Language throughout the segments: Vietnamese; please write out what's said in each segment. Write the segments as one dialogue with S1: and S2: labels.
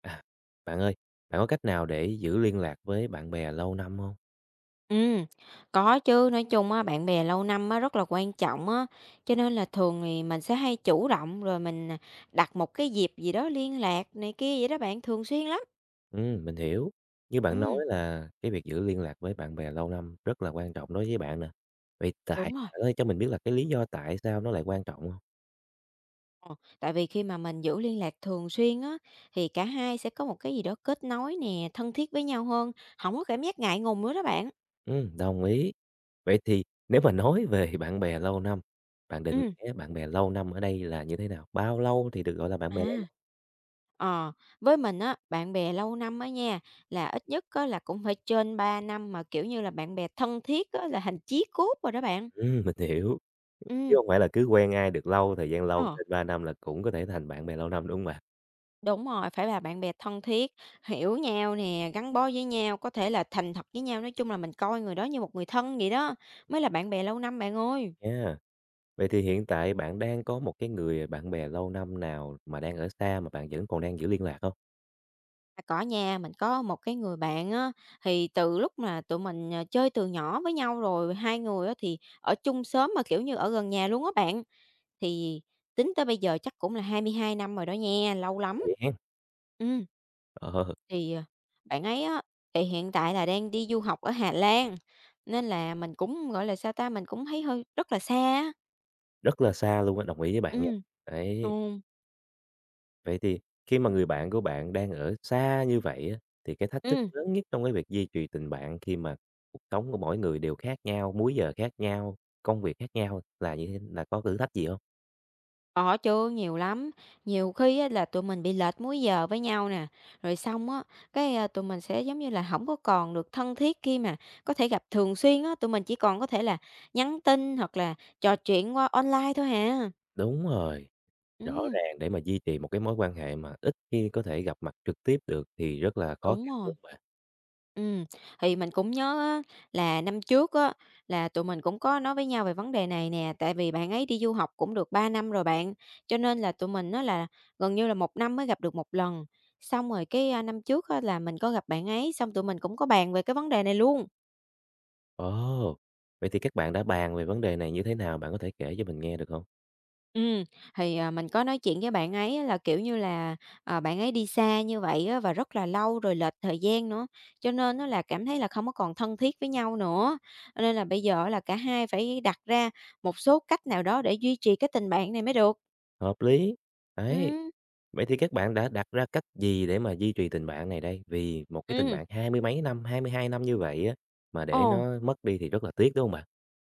S1: À, bạn ơi, bạn có cách nào để giữ liên lạc với bạn bè lâu năm không?
S2: Ừm, có chứ, nói chung á, bạn bè lâu năm á, rất là quan trọng á, cho nên là thường thì mình sẽ hay chủ động rồi mình đặt một cái dịp gì đó liên lạc này kia vậy đó bạn, thường xuyên lắm.
S1: Mình hiểu. Như bạn nói
S2: Ừm,
S1: là cái việc giữ liên lạc với bạn bè lâu năm rất là quan trọng đối với bạn nè. Vậy tại
S2: đúng rồi,
S1: bạn ơi, cho mình biết là cái lý do tại sao nó lại quan trọng không?
S2: ờ, tại vì khi mà mình giữ liên lạc thường xuyên á, thì cả hai sẽ có một cái gì đó kết nối nè, thân thiết với nhau hơn, không có cảm giác ngại ngùng nữa đó bạn.
S1: Đồng ý. Vậy thì nếu mà nói về bạn bè lâu năm, bạn định
S2: Ừm,
S1: nghĩa bạn bè lâu năm ở đây là như thế nào? Bao lâu thì được gọi là bạn bè lâu
S2: à.
S1: năm?
S2: Ờ, với mình á, bạn bè lâu năm á nha, là ít nhất á là cũng phải trên 3 năm mà, kiểu như là, bạn bè thân thiết á là thành chí cốt rồi đó bạn.
S1: Mình hiểu, chứ
S2: Ừm.
S1: không phải là cứ quen ai được lâu, thời gian lâu
S2: Ờ.
S1: trên 3 năm là cũng có thể thành bạn bè lâu năm, đúng không bạn?
S2: Đúng rồi, phải là bạn bè thân thiết, hiểu nhau nè, gắn bó với nhau, có thể là thành thật với nhau, nói chung là mình coi người đó như một người thân vậy đó, mới là bạn bè lâu năm bạn ơi.
S1: Nha. Vậy thì hiện tại bạn đang có một cái người bạn bè lâu năm nào mà đang ở xa mà bạn vẫn còn đang giữ liên lạc không?
S2: À, có nha, mình có một cái người bạn á, thì từ lúc mà tụi mình chơi từ nhỏ với nhau rồi, hai người á thì ở chung xóm mà, kiểu như, ở gần nhà luôn á bạn. Thì tính tới bây giờ chắc cũng là 22 năm rồi đó nha, lâu
S1: Lâu
S2: lắm.
S1: vậy rồi hen,
S2: Ừ.
S1: ờ,
S2: Thì, ờ, bạn ấy á, thì hiện tại là đang đi du học ở Hà Lan, nên là mình cũng, gọi là, sao ta, mình cũng thấy hơi rất là xa á.
S1: rất là xa luôn á, đồng ý với bạn nha.
S2: Ừm.
S1: Đấy,
S2: Ừm.
S1: vậy thì khi mà người bạn của bạn đang ở xa như vậy á, thì cái thách thức
S2: Ừm.
S1: lớn nhất trong cái việc duy trì tình bạn khi mà cuộc sống của mỗi người đều khác nhau, múi giờ khác nhau, công việc khác nhau là như thế là có thử thách gì không?
S2: Có chứ, nhiều lắm. Nhiều khi á là tụi mình bị lệch múi giờ với nhau nè, rồi xong á, tụi mình sẽ, giống như là, không có còn được thân thiết khi mà có thể gặp thường xuyên á, tụi mình chỉ còn có thể là nhắn tin hoặc là trò chuyện qua online thôi hả?
S1: Đúng rồi, rõ
S2: Ừm,
S1: ràng để mà duy trì một cái mối quan hệ mà ít khi có thể gặp mặt trực tiếp được thì rất là khó
S2: đúng
S1: khăn,
S2: rồi.
S1: đúng hông bạn?
S2: Ừ thì mình cũng nhớ á, là năm trước á, là tụi mình cũng có nói với nhau về vấn đề này nè, tại vì bạn ấy đi du học cũng được 3 năm rồi bạn, cho nên là tụi mình á, là gần như là 1 năm mới gặp được 1 lần. Xong rồi cái, năm trước á, là mình có gặp bạn ấy, xong tụi mình cũng có bàn về cái vấn đề này luôn.
S1: Ồ! Vậy thì các bạn đã bàn về vấn đề này như thế nào? Bạn có thể kể cho mình nghe được không?
S2: Ừ thì mình có nói chuyện với bạn ấy á là, kiểu như là, ờ, bạn ấy đi xa như vậy á và rất là lâu rồi lệch thời gian nữa, cho nên nó là cảm thấy là không có còn thân thiết với nhau nữa. Cho nên là bây giờ là cả hai phải đặt ra một số cách nào đó để duy trì cái tình bạn này mới được.
S1: Hợp lý. Đấy,
S2: Ừ.
S1: vậy thì các bạn đã đặt ra cách gì để mà duy trì tình bạn này đây? Vì một cái tình
S2: Ừ.
S1: bạn hai mươi mấy năm, 22 năm như vậy á, mà để
S2: Ờ.
S1: nó mất đi thì rất là tiếc, đúng không bạn?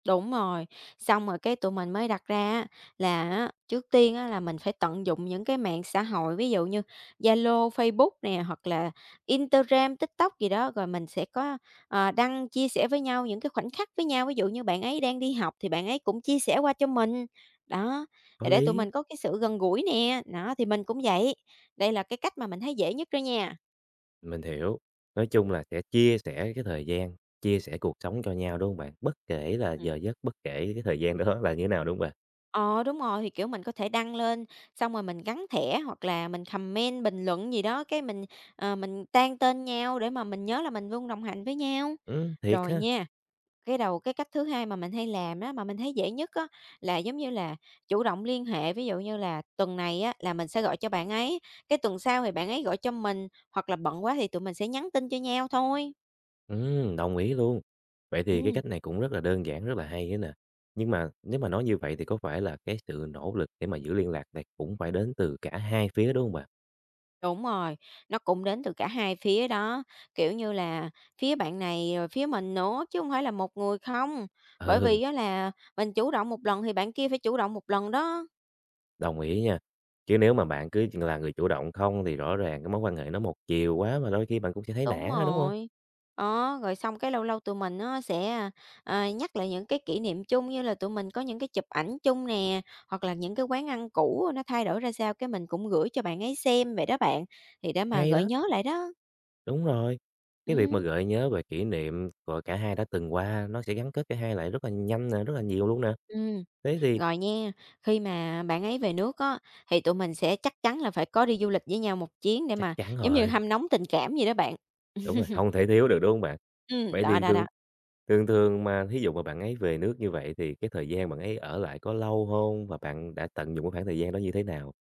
S2: Đúng rồi, xong rồi cái tụi mình mới đặt ra á là á, trước tiên á là mình phải tận dụng những cái mạng xã hội, ví dụ như Zalo, Facebook nè, hoặc là Instagram, TikTok gì đó, rồi mình sẽ có, đăng chia sẻ với nhau những cái khoảnh khắc với nhau. Ví dụ như bạn ấy đang đi học thì bạn ấy cũng chia sẻ qua cho mình, đó,
S1: Có
S2: thì để tụi
S1: lý,
S2: mình có cái sự gần gũi nè, đó, thì mình cũng vậy. Đây là cái cách mà mình thấy dễ nhất đó nha.
S1: mình hiểu. Nói chung là sẽ chia sẻ cái thời gian, chia sẻ cuộc sống cho nhau, đúng không bạn? Bất kể là
S2: Ừ.
S1: giờ giấc, bất kể cái thời gian đó là như thế nào, đúng không bạn?
S2: Ờ, đúng rồi, thì, kiểu, mình có thể đăng lên, xong rồi mình gắn thẻ hoặc là mình comment, bình luận gì đó, cái mình tag tên nhau để mà mình nhớ là mình luôn đồng hành với nhau.
S1: Thiệt
S2: Rồi
S1: ha!
S2: nha, cái cách thứ hai mà mình hay làm đó mà mình thấy dễ nhất á, là, giống như là, chủ động liên hệ, ví dụ như là tuần này á, là mình sẽ gọi cho bạn ấy, cái tuần sau thì bạn ấy gọi cho mình, hoặc là bận quá thì tụi mình sẽ nhắn tin cho nhau thôi.
S1: Đồng ý luôn. Vậy thì cái
S2: Ừm.
S1: cách này cũng rất là đơn giản, rất là hay á nè. Nhưng mà nếu mà nói như vậy thì có phải là cái sự nỗ lực để mà giữ liên lạc này cũng phải đến từ cả hai phía, đúng không bạn?
S2: Đúng rồi, nó cũng đến từ cả hai phía đó, kiểu như là, phía bạn này rồi phía mình nữa, chứ không phải là một người không. Bởi
S1: Ừ,
S2: vì á là mình chủ động một lần thì bạn kia phải chủ động một lần đó.
S1: đồng ý nha. Chứ nếu mà bạn cứ là người chủ động không thì rõ ràng cái mối quan hệ nó một chiều quá mà đôi khi bạn cũng sẽ thấy
S2: Đúng
S1: nản á, đúng không?
S2: rồi. Đó, rồi xong cái lâu lâu tụi mình nó sẽ, ờ, nhắc lại những cái kỷ niệm chung, như là tụi mình có những cái chụp ảnh chung nè, hoặc là những cái quán ăn cũ nó thay đổi ra sao, cái mình cũng gửi cho bạn ấy xem vậy đó bạn, thì để mà
S1: Hay
S2: gợi
S1: đó,
S2: nhớ lại đó.
S1: đúng rồi. Cái việc mà
S2: Ừ.
S1: gợi nhớ về kỷ niệm của cả hai đã từng qua nó sẽ gắn kết cả hai lại rất là nhanh nè, rất là nhiều luôn nè.
S2: Ừ.
S1: Thế thì
S2: Rồi nha, khi mà bạn ấy về nước á, thì tụi mình sẽ chắc chắn là phải có đi du lịch với nhau một chuyến để
S1: chắc
S2: mà
S1: chắn
S2: giống như
S1: rồi,
S2: hâm nóng tình cảm gì đó bạn.
S1: đúng rồi, không thể thiếu được, đúng không bạn? Vậy
S2: Đó,
S1: thì
S2: đó,
S1: thường.
S2: đó.
S1: Thường thường mà thí dụ mà bạn ấy về nước như vậy thì cái thời gian bạn ấy ở lại có lâu hông? Và bạn đã tận dụng cái khoảng thời gian đó như thế nào?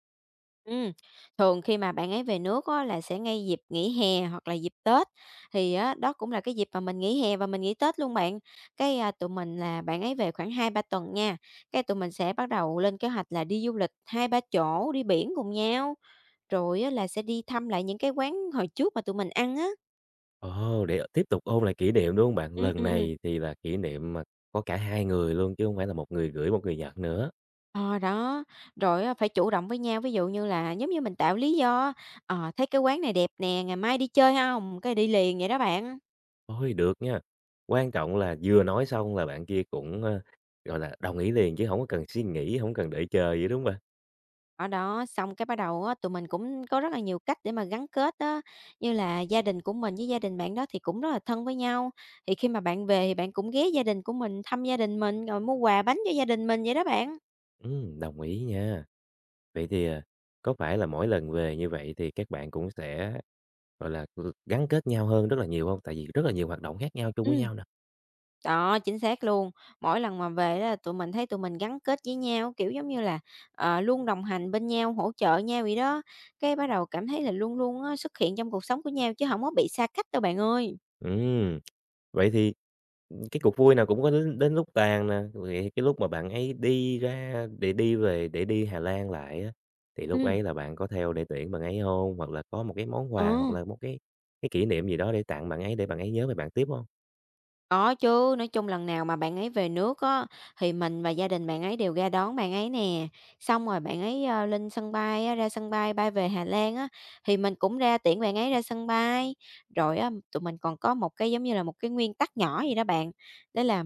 S2: Ừm, thường khi mà bạn ấy về nước á, là sẽ ngay dịp nghỉ hè hoặc là dịp Tết, thì á, đó cũng là cái dịp mà mình nghỉ hè và mình nghỉ Tết luôn bạn. Cái, tụi mình là bạn ấy về khoảng 2 3 tuần nha, cái tụi mình sẽ bắt đầu lên kế hoạch là đi du lịch 2 3 chỗ, đi biển cùng nhau, rồi á, là sẽ đi thăm lại những cái quán hồi trước mà tụi mình ăn á.
S1: Ồ, để tiếp tục ôn lại kỷ niệm, đúng hông bạn?
S2: Ừm,
S1: Lần
S2: ừm, ừm.
S1: này thì là kỷ niệm mà có cả hai người luôn chứ hông phải là một người gửi, một người nhận nữa.
S2: Ờ, đó, rồi á phải chủ động với nhau, ví dụ như là giống như mình tạo lý do á, ờ, "Thấy cái quán này đẹp nè, ngày mai đi chơi hông?" Cái đi liền vậy đó bạn.
S1: Ôi, được nha! Quan trọng là vừa nói xong là bạn kia cũng, ơ, gọi là, đồng ý liền chứ hổng có cần suy nghĩ, hổng cần đợi chờ gì, đúng hông bạn?
S2: Ở đó, xong cái bắt đầu á, tụi mình cũng có rất là nhiều cách để mà gắn kết á, như là gia đình của mình với gia đình bạn đó thì cũng rất là thân với nhau, thì khi mà bạn về thì bạn cũng ghé gia đình của mình, thăm gia đình mình, rồi mua quà bánh cho gia đình mình vậy đó bạn.
S1: Đồng ý nha. Vậy thì, à, có phải là mỗi lần về như vậy thì các bạn cũng sẽ, gọi là, ừ, gắn kết nhau hơn rất là nhiều không? Tại vì rất là nhiều hoạt động khác nhau chung với
S2: Ừm.
S1: nhau nè.
S2: Đó, chính xác luôn. Mỗi lần mà về á, tụi mình thấy tụi mình gắn kết với nhau, kiểu, giống như là, luôn đồng hành bên nhau, hỗ trợ nhau vậy đó, cái bắt đầu cảm thấy là luôn luôn á, xuất hiện trong cuộc sống của nhau chứ hổng có bị xa cách đâu bạn ơi.
S1: Ừm, vậy thì, cái cuộc vui nào cũng có đến đến lúc tàn nè, vậy cái lúc mà bạn ấy đi ra để đi về để đi Hà Lan lại á, thì lúc
S2: Ừm.
S1: ấy là bạn có theo để tiễn bạn ấy không? Hoặc là có một cái món
S2: Ờ.
S1: quà hoặc là một cái kỷ niệm gì đó để tặng bạn ấy để bạn ấy nhớ về bạn tiếp không?
S2: Có chứ, nói chung lần nào mà bạn ấy về nước á, thì mình và gia đình bạn ấy đều ra đón bạn ấy nè. Xong rồi bạn ấy lên sân bay á, ra sân bay bay về Hà Lan á, thì mình cũng ra tiễn bạn ấy ra sân bay. Rồi á, tụi mình còn có một cái, giống như là, một cái nguyên tắc nhỏ gì đó bạn, đó là,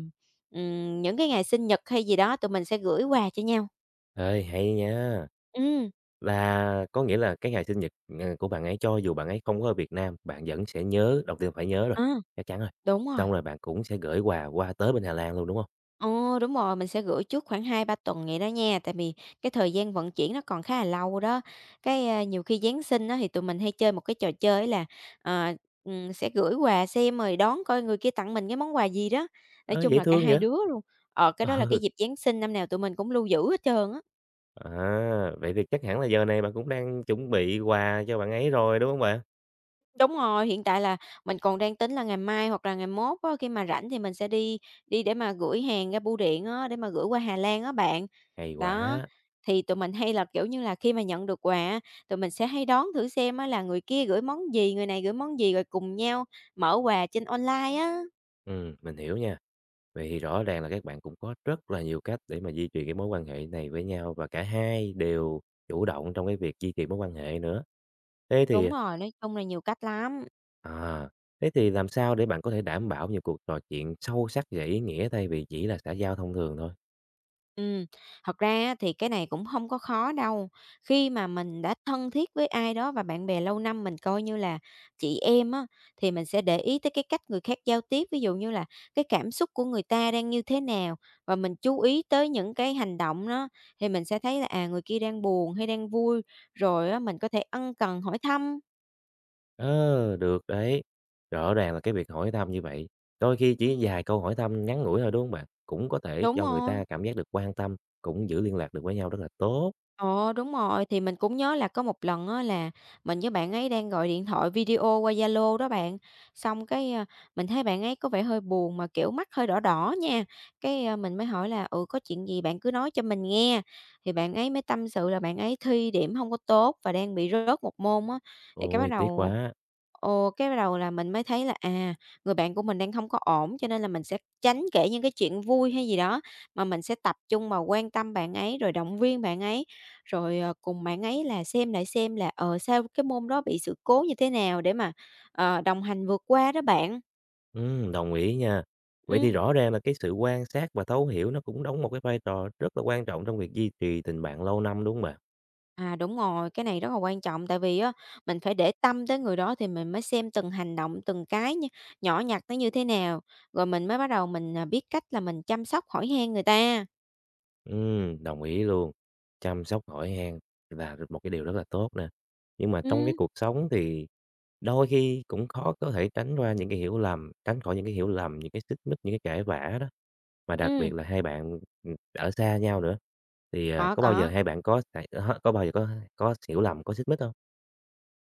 S2: ừm, những cái ngày sinh nhật hay gì đó tụi mình sẽ gửi quà cho nhau.
S1: Ơi hay nha!
S2: Ừm,
S1: Là có nghĩa là cái ngày sinh nhật, ờ, của bạn ấy cho dù bạn ấy không có ở Việt Nam, bạn vẫn sẽ nhớ, đầu tiên phải nhớ rồi,
S2: ờ,
S1: chắc chắn rồi.
S2: đúng rồi.
S1: Xong rồi bạn cũng sẽ gửi quà qua tới bên Hà Lan luôn, đúng không?
S2: Ờ, đúng rồi, mình sẽ gửi trước khoảng 2 3 tuần vậy đó nha, tại vì cái thời gian vận chuyển nó còn khá là lâu đó. Cái, nhiều khi Giáng sinh đó thì tụi mình hay chơi một cái trò chơi là, ờ, sẽ gửi quà xem rồi đón coi người kia tặng mình cái món quà gì đó. Nói
S1: Ơ,
S2: chung
S1: dễ
S2: là cả
S1: thương
S2: hai
S1: vậy!
S2: đứa luôn, cái đó là cái dịp Giáng sinh năm nào tụi mình cũng lưu giữ hết trơn á.
S1: Ừ, à, vậy thì chắc hẳn là giờ này bạn cũng đang chuẩn bị quà cho bạn ấy rồi, đúng không bạn?
S2: Đúng rồi, hiện tại là mình còn đang tính là ngày mai hoặc là ngày mốt á, khi mà rảnh thì mình sẽ đi đi để mà gửi hàng ra bưu điện á, để mà gửi qua Hà Lan á bạn.
S1: Hay
S2: Đó,
S1: quá!
S2: thì tụi mình hay là, kiểu như là, khi mà nhận được quà á, tụi mình sẽ hay đón thử xem á là người kia gửi món gì, người này gửi món gì, rồi cùng nhau mở quà trên online á.
S1: Mình hiểu nha. Vậy thì rõ ràng là các bạn cũng có rất là nhiều cách để mà duy trì cái mối quan hệ này với nhau và cả hai đều chủ động trong cái việc duy trì mối quan hệ nữa. Thế thì.
S2: Đúng rồi, nói chung là nhiều cách lắm.
S1: À, thế thì làm sao để bạn có thể đảm bảo những cuộc trò chuyện sâu sắc và ý nghĩa thay vì chỉ là xã giao thông thường thôi?
S2: Ừm, thật ra á thì cái này cũng không có khó đâu. Khi mà mình đã thân thiết với ai đó và bạn bè lâu năm mình coi như là chị em á, thì mình sẽ để ý tới cái cách người khác giao tiếp, ví dụ như là cái cảm xúc của người ta đang như thế nào và mình chú ý tới những cái hành động đó, thì mình sẽ thấy là, à, người kia đang buồn hay đang vui, rồi á mình có thể ân cần hỏi thăm.
S1: Ờ, được đấy. Rõ ràng là cái việc hỏi thăm như vậy, đôi khi chỉ vài câu hỏi thăm ngắn ngủi thôi đúng không bạn? Cũng có thể
S2: Đúng
S1: cho người ta
S2: rồi.
S1: cảm giác được quan tâm, cũng giữ liên lạc được với nhau rất là tốt.
S2: Ờ, đúng rồi, thì mình cũng nhớ là có một lần á là mình với bạn ấy đang gọi điện thoại video qua Zalo đó bạn, xong cái, mình thấy bạn ấy có vẻ hơi buồn mà, kiểu, mắt hơi đỏ đỏ nha, cái, mình mới hỏi là "Ừ, có chuyện gì bạn cứ nói cho mình nghe." Thì bạn ấy mới tâm sự là bạn ấy thi điểm không có tốt và đang bị rớt một môn á, thì cái bắt
S1: Ôi, tiếc
S2: đầu
S1: quá.
S2: ừ, cái bắt đầu là mình mới thấy là, người bạn của mình đang không có ổn, cho nên là mình sẽ tránh kể những cái chuyện vui hay gì đó, mà mình sẽ tập trung vào quan tâm bạn ấy rồi động viên bạn ấy. Rồi, cùng bạn ấy là xem lại xem là, sao cái môn đó bị sự cố như thế nào để mà, đồng hành vượt qua đó bạn.
S1: Ừ, đồng ý nha. Vậy thì
S2: Ừm.
S1: rõ ràng là cái sự quan sát và thấu hiểu nó cũng đóng một cái vai trò rất là quan trọng trong việc duy trì tình bạn lâu năm đúng không bạn?
S2: À, đúng rồi, cái này rất là quan trọng tại vì á, mình phải để tâm tới người đó thì mình mới xem từng hành động, từng cái nha nhỏ nhặt nó như thế nào, rồi mình mới bắt đầu mình, biết cách là mình chăm sóc, hỏi han người ta.
S1: Đồng ý luôn. Chăm sóc hỏi han là một cái điều rất là tốt nè. Nhưng mà trong cái
S2: Ừ,
S1: cuộc sống thì đôi khi cũng khó có thể tránh qua những cái hiểu lầm, tránh khỏi những cái hiểu lầm, những cái xích mích, những cái cãi vã đó. Mà đặc
S2: ừ,
S1: biệt là hai bạn, ở xa nhau nữa, thì, ờ,
S2: có,
S1: có bao giờ
S2: có.
S1: hai bạn có bao giờ có hiểu lầm, có xích mích không?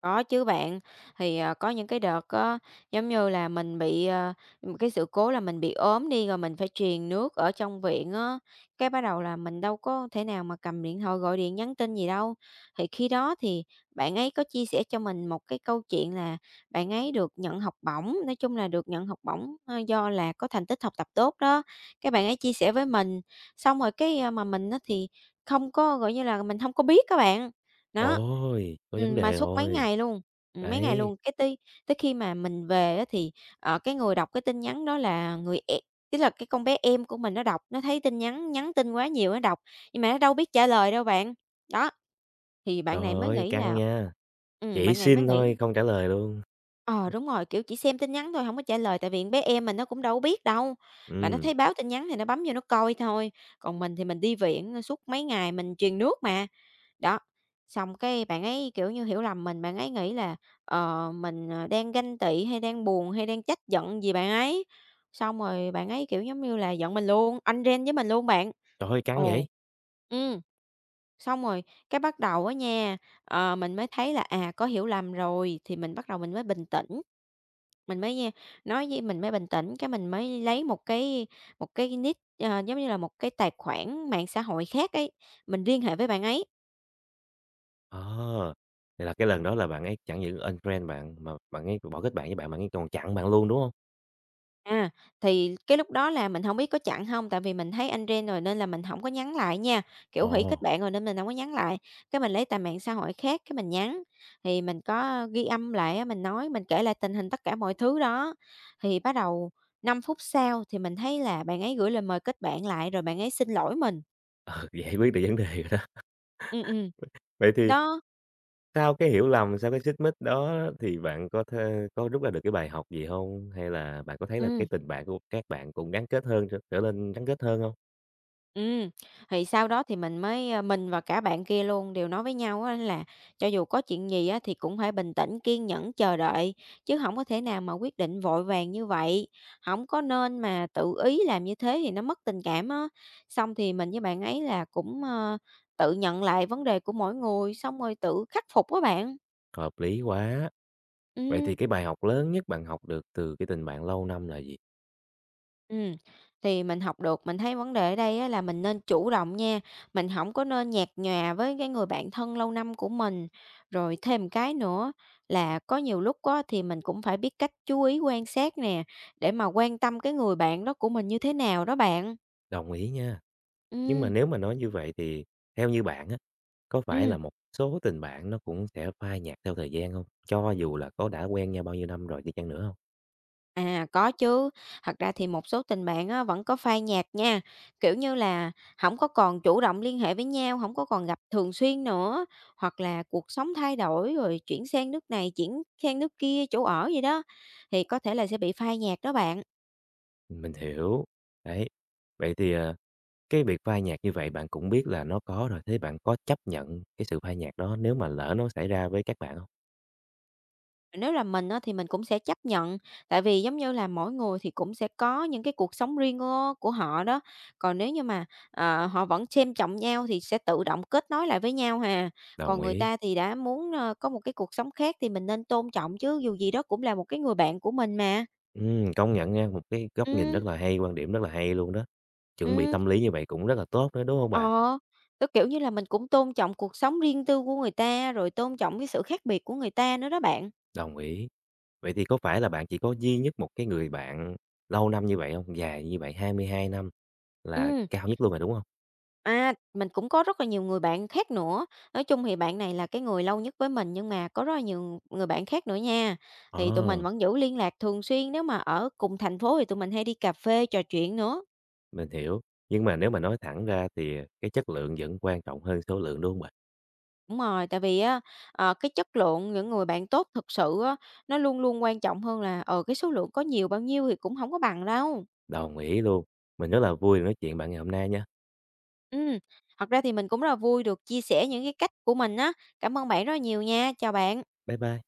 S2: Có chứ bạn, thì, có những cái đợt á, giống như là, mình bị, một cái sự cố là mình bị ốm đi, rồi mình phải truyền nước ở trong viện á, cái bắt đầu là mình đâu có thể nào mà cầm điện thoại gọi điện nhắn tin gì đâu. Thì khi đó thì bạn ấy có chia sẻ cho mình một cái câu chuyện là bạn ấy được nhận học bổng, nói chung là được nhận học bổng, do là có thành tích học tập tốt đó, cái bạn ấy chia sẻ với mình, xong rồi cái, mà mình á thì không có, gọi như là, mình không có biết các bạn. Đó.
S1: Ôi, có vấn
S2: Mà
S1: đề
S2: suốt
S1: rồi.
S2: mấy ngày
S1: Đấy,
S2: luôn, cái tới tới khi mà mình về á thì, cái người đọc cái tin nhắn đó là người e tức là cái con bé em của mình nó đọc, nó thấy tin nhắn nhắn tin quá nhiều nó đọc, nhưng mà nó đâu biết trả lời đâu bạn. Đó, thì
S1: trời
S2: bạn này mới
S1: ơi,
S2: nghĩ
S1: căng
S2: là
S1: nha. Chỉ
S2: bạn này mới
S1: xin
S2: nghĩ
S1: thôi, không trả lời luôn.
S2: ờ, đúng rồi, kiểu, chỉ xem tin nhắn thôi hổng có trả lời, tại vì con bé em mình nó cũng đâu có biết đâu, mà nó
S1: Ừm,
S2: thấy báo tin nhắn thì nó bấm vô nó coi thôi, còn mình thì mình đi viện suốt mấy ngày mình truyền nước mà. Đó, xong cái bạn ấy, kiểu như, hiểu lầm mình, bạn ấy nghĩ là, mình, đang ganh tị hay đang buồn hay đang trách giận gì bạn ấy. Xong rồi bạn ấy, kiểu, giống như là, giận mình luôn, anh rên với mình luôn bạn.
S1: trời ơi, căng
S2: Ồ,
S1: vậy!
S2: ừm, xong rồi cái bắt đầu á nha, mình mới thấy là, có hiểu lầm rồi thì mình bắt đầu mình mới bình tĩnh. Mình mới, nha nói với mình mới bình tĩnh, cái mình mới lấy một cái nick, giống như là, một cái tài khoản mạng xã hội khác ấy, mình liên hệ với bạn ấy.
S1: Ờ, vậy là cái lần đó là bạn ấy chẳng những unfriend bạn mà bạn ấy bỏ kết bạn với bạn, bạn ấy còn chặn bạn luôn, đúng không?
S2: À, thì cái lúc đó là mình không biết có chặn không, tại vì mình thấy anh Ren rồi nên là mình không có nhắn lại nha, kiểu, hủy
S1: Ồ.
S2: kết
S1: Ờ,
S2: bạn rồi nên mình không có nhắn lại. Cái mình lấy tài mạng xã hội khác cái mình nhắn, thì mình có ghi âm lại á, mình nói, mình kể lại tình hình tất cả mọi thứ đó. Thì bắt đầu 5 phút sau thì mình thấy là bạn ấy gửi lời mời kết bạn lại rồi bạn ấy xin lỗi mình.
S1: giải quyết được vấn đề rồi đó.
S2: Ừm, ừm,
S1: Vậy thì
S2: đó,
S1: sau cái hiểu lầm, sau cái xích mích đó thì bạn có rút ra được cái bài học gì không? Hay là bạn có thấy là cái
S2: ừm.
S1: tình bạn của các bạn cũng gắn kết hơn, trở trở nên gắn kết hơn không?
S2: Ừ, thì sau đó thì mình mới, mình và cả bạn kia luôn đều nói với nhau á là cho dù có chuyện gì á thì cũng phải bình tĩnh, kiên nhẫn chờ đợi, chứ không có thể nào mà quyết định vội vàng như vậy, không có nên mà tự ý làm như thế thì nó mất tình cảm á. Xong thì mình với bạn ấy là cũng, tự nhận lại vấn đề của mỗi người, xong rồi tự khắc phục các bạn.
S1: Hợp lý quá! Vậy thì
S2: Ừm.
S1: cái bài học lớn nhất bạn học được từ cái tình bạn lâu năm là gì?
S2: Ừm, thì mình học được, mình thấy vấn đề ở đây á là mình nên chủ động nha, mình không có nên nhạt nhòa với cái người bạn thân lâu năm của mình. Rồi thêm cái nữa là có nhiều lúc á thì mình cũng phải biết cách chú ý quan sát nè, để mà quan tâm cái người bạn đó của mình như thế nào đó bạn.
S1: Đồng ý nha. Nhưng mà
S2: Ừm,
S1: nếu mà nói như vậy thì theo như bạn á, có phải
S2: ừ,
S1: là một số tình bạn nó cũng sẽ phai nhạt theo thời gian không? Cho dù là có đã quen nhau bao nhiêu năm rồi đi chăng nữa không?
S2: à, có chứ. Thật ra thì một số tình bạn á, vẫn có phai nhạt nha, kiểu như là, không có còn chủ động liên hệ với nhau, không có còn gặp thường xuyên nữa, hoặc là cuộc sống thay đổi rồi chuyển sang nước này, chuyển sang nước kia, chỗ ở gì đó, thì có thể là sẽ bị phai nhạt đó bạn.
S1: Mình hiểu, đấy. Vậy thì, ờ, cái việc phai nhạt như vậy bạn cũng biết là nó có rồi, thế bạn có chấp nhận cái sự phai nhạt đó nếu mà lỡ nó xảy ra với các bạn không?
S2: Nếu là mình á, thì mình cũng sẽ chấp nhận, tại vì giống như là mỗi người thì cũng sẽ có những cái cuộc sống riêng của họ đó. Còn nếu như mà, họ vẫn xem trọng nhau thì sẽ tự động kết nối lại với nhau hà.
S1: Đồng
S2: Còn người
S1: ý.
S2: ta thì đã muốn, có một cái cuộc sống khác thì mình nên tôn trọng chứ, dù gì đó cũng là một cái người bạn của mình mà.
S1: Công nhận nha, một cái góc nhìn
S2: Ừ,
S1: rất là hay, quan điểm rất là hay luôn đó. Chuẩn bị
S2: ừ,
S1: tâm lý như vậy cũng rất là tốt nữa, đúng không bạn?
S2: ờ. Tức kiểu như là mình cũng tôn trọng cuộc sống riêng tư của người ta, rồi tôn trọng cái sự khác biệt của người ta nữa đó bạn.
S1: Đồng ý. Vậy thì có phải là bạn chỉ có duy nhất một cái người bạn lâu năm như vậy không? Dài như vậy, 22 năm là
S2: Ừ.
S1: cao nhất luôn rồi, đúng không?
S2: À, mình cũng có rất là nhiều người bạn khác nữa. Nói chung thì bạn này là cái người lâu nhất với mình nhưng mà có rất là nhiều người bạn khác nữa nha. Thì tụi mình
S1: Ờ,
S2: vẫn giữ liên lạc thường xuyên, nếu mà ở cùng thành phố thì tụi mình hay đi cà phê trò chuyện nữa.
S1: mình hiểu. Nhưng mà nếu mà nói thẳng ra thì, à, cái chất lượng vẫn quan trọng hơn số lượng, đúng không bạn?
S2: Đúng rồi, tại vì á, cái chất lượng những người bạn tốt thực sự á, nó luôn luôn quan trọng hơn là, cái số lượng có nhiều bao nhiêu thì cũng không có bằng đâu.
S1: Đồng ý luôn. Mình rất là vui được nói chuyện bạn ngày hôm nay nha.
S2: Ừm, thật ra thì mình cũng rất là vui được chia sẻ những cái cách của mình á. Cảm ơn bạn rất là nhiều nha, chào bạn.
S1: Bye bye.